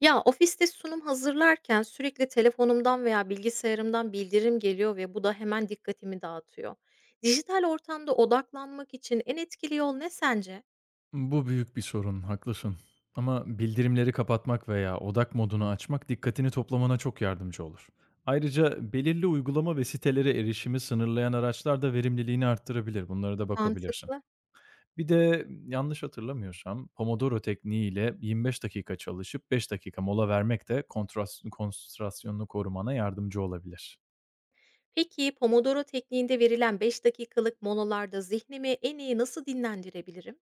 Ya, ofiste sunum hazırlarken sürekli telefonumdan veya bilgisayarımdan bildirim geliyor ve bu da hemen dikkatimi dağıtıyor. Dijital ortamda odaklanmak için en etkili yol ne sence? Bu büyük bir sorun, haklısın. Ama bildirimleri kapatmak veya odak modunu açmak dikkatini toplamana çok yardımcı olur. Ayrıca belirli uygulama ve sitelere erişimi sınırlayan araçlar da verimliliğini arttırabilir. Bunlara da bakabilirsin. Mantıklı. Bir de yanlış hatırlamıyorsam Pomodoro tekniği ile 25 dakika çalışıp 5 dakika mola vermek de konsantrasyonunu korumana yardımcı olabilir. Peki Pomodoro tekniğinde verilen 5 dakikalık molalarda zihnimi en iyi nasıl dinlendirebilirim?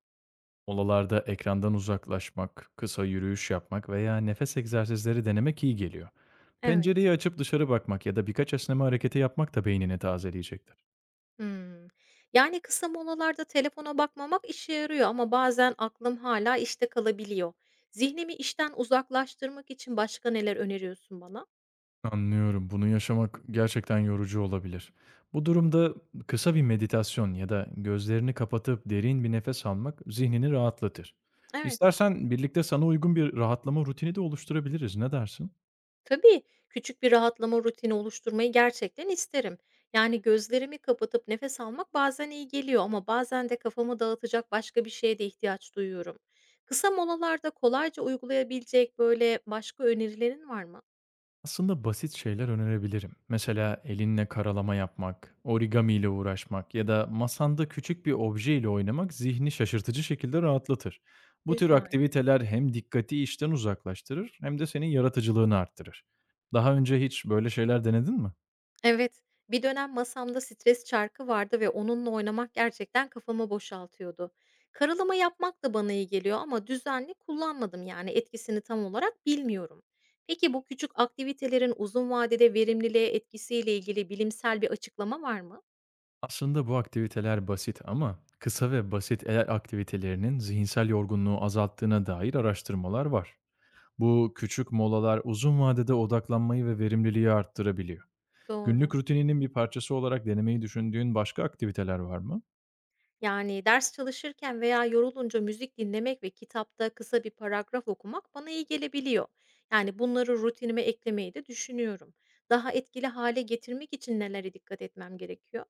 Molalarda ekrandan uzaklaşmak, kısa yürüyüş yapmak veya nefes egzersizleri denemek iyi geliyor. Evet. Pencereyi açıp dışarı bakmak ya da birkaç esneme hareketi yapmak da beynini tazeleyecektir. Hımm. Yani kısa molalarda telefona bakmamak işe yarıyor ama bazen aklım hala işte kalabiliyor. Zihnimi işten uzaklaştırmak için başka neler öneriyorsun bana? Anlıyorum. Bunu yaşamak gerçekten yorucu olabilir. Bu durumda kısa bir meditasyon ya da gözlerini kapatıp derin bir nefes almak zihnini rahatlatır. Evet. İstersen birlikte sana uygun bir rahatlama rutini de oluşturabiliriz. Ne dersin? Tabii, küçük bir rahatlama rutini oluşturmayı gerçekten isterim. Yani gözlerimi kapatıp nefes almak bazen iyi geliyor ama bazen de kafamı dağıtacak başka bir şeye de ihtiyaç duyuyorum. Kısa molalarda kolayca uygulayabilecek böyle başka önerilerin var mı? Aslında basit şeyler önerebilirim. Mesela elinle karalama yapmak, origami ile uğraşmak ya da masanda küçük bir obje ile oynamak zihni şaşırtıcı şekilde rahatlatır. Bu tür Güzel. aktiviteler hem dikkati işten uzaklaştırır hem de senin yaratıcılığını arttırır. Daha önce hiç böyle şeyler denedin mi? Evet, bir dönem masamda stres çarkı vardı ve onunla oynamak gerçekten kafamı boşaltıyordu. Karalama yapmak da bana iyi geliyor ama düzenli kullanmadım yani etkisini tam olarak bilmiyorum. Peki bu küçük aktivitelerin uzun vadede verimliliğe etkisiyle ilgili bilimsel bir açıklama var mı? Aslında bu aktiviteler basit ama kısa ve basit el aktivitelerinin zihinsel yorgunluğu azalttığına dair araştırmalar var. Bu küçük molalar uzun vadede odaklanmayı ve verimliliği arttırabiliyor. Doğru. Günlük rutininin bir parçası olarak denemeyi düşündüğün başka aktiviteler var mı? Yani ders çalışırken veya yorulunca müzik dinlemek ve kitapta kısa bir paragraf okumak bana iyi gelebiliyor. Yani bunları rutinime eklemeyi de düşünüyorum. Daha etkili hale getirmek için nelere dikkat etmem gerekiyor?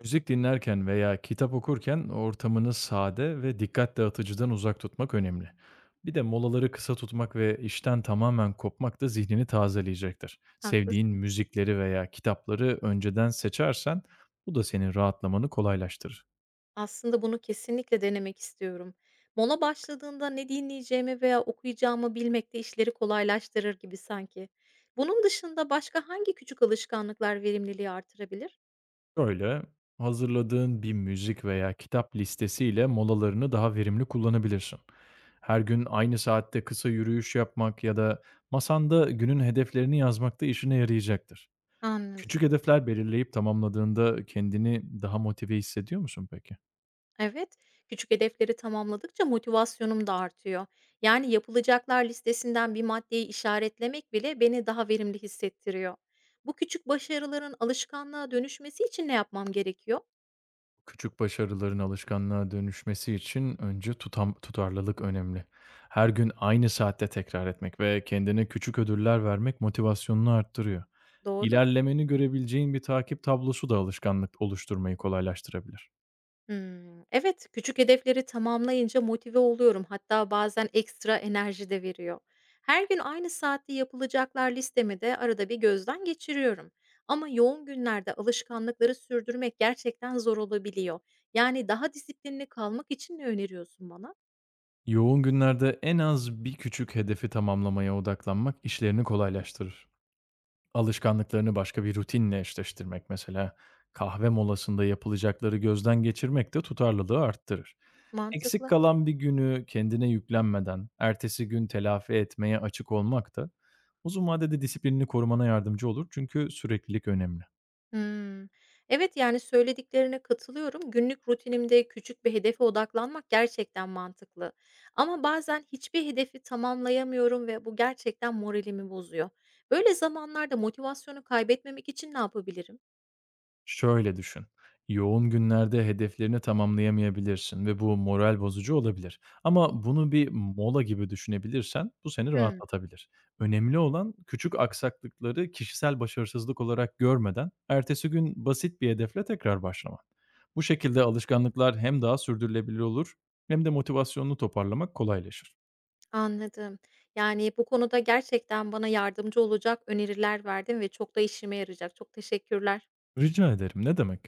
Müzik dinlerken veya kitap okurken ortamını sade ve dikkat dağıtıcıdan uzak tutmak önemli. Bir de molaları kısa tutmak ve işten tamamen kopmak da zihnini tazeleyecektir. Sevdiğin Haklısın. müzikleri veya kitapları önceden seçersen bu da senin rahatlamanı kolaylaştırır. Aslında bunu kesinlikle denemek istiyorum. Mola başladığında ne dinleyeceğimi veya okuyacağımı bilmek de işleri kolaylaştırır gibi sanki. Bunun dışında başka hangi küçük alışkanlıklar verimliliği artırabilir? Şöyle, hazırladığın bir müzik veya kitap listesiyle molalarını daha verimli kullanabilirsin. Her gün aynı saatte kısa yürüyüş yapmak ya da masanda günün hedeflerini yazmak da işine yarayacaktır. Anladım. Küçük hedefler belirleyip tamamladığında kendini daha motive hissediyor musun peki? Evet, küçük hedefleri tamamladıkça motivasyonum da artıyor. Yani yapılacaklar listesinden bir maddeyi işaretlemek bile beni daha verimli hissettiriyor. Bu küçük başarıların alışkanlığa dönüşmesi için ne yapmam gerekiyor? Küçük başarıların alışkanlığa dönüşmesi için önce tutarlılık önemli. Her gün aynı saatte tekrar etmek ve kendine küçük ödüller vermek motivasyonunu arttırıyor. Doğru. İlerlemeni görebileceğin bir takip tablosu da alışkanlık oluşturmayı kolaylaştırabilir. Hımm. Evet, küçük hedefleri tamamlayınca motive oluyorum. Hatta bazen ekstra enerji de veriyor. Her gün aynı saatte yapılacaklar listemi de arada bir gözden geçiriyorum. Ama yoğun günlerde alışkanlıkları sürdürmek gerçekten zor olabiliyor. Yani daha disiplinli kalmak için ne öneriyorsun bana? Yoğun günlerde en az bir küçük hedefi tamamlamaya odaklanmak işlerini kolaylaştırır. Alışkanlıklarını başka bir rutinle eşleştirmek mesela kahve molasında yapılacakları gözden geçirmek de tutarlılığı arttırır. Eksik Mantıklı. kalan bir günü kendine yüklenmeden ertesi gün telafi etmeye açık olmak da uzun vadede disiplinini korumana yardımcı olur çünkü süreklilik önemli. Hımm. Evet, yani, söylediklerine katılıyorum. Günlük rutinimde küçük bir hedefe odaklanmak gerçekten mantıklı ama bazen hiçbir hedefi tamamlayamıyorum ve bu gerçekten moralimi bozuyor. Böyle zamanlarda motivasyonu kaybetmemek için ne yapabilirim? Şöyle düşün. Yoğun günlerde hedeflerini tamamlayamayabilirsin ve bu moral bozucu olabilir. Ama bunu bir mola gibi düşünebilirsen bu seni Hımm, rahatlatabilir. Önemli olan küçük aksaklıkları kişisel başarısızlık olarak görmeden ertesi gün basit bir hedefle tekrar başlaman. Bu şekilde alışkanlıklar hem daha sürdürülebilir olur hem de motivasyonunu toparlamak kolaylaşır. anladım. Yani, bu konuda gerçekten bana yardımcı olacak öneriler verdin ve çok da işime yarayacak. Çok teşekkürler. Rica ederim ne demek?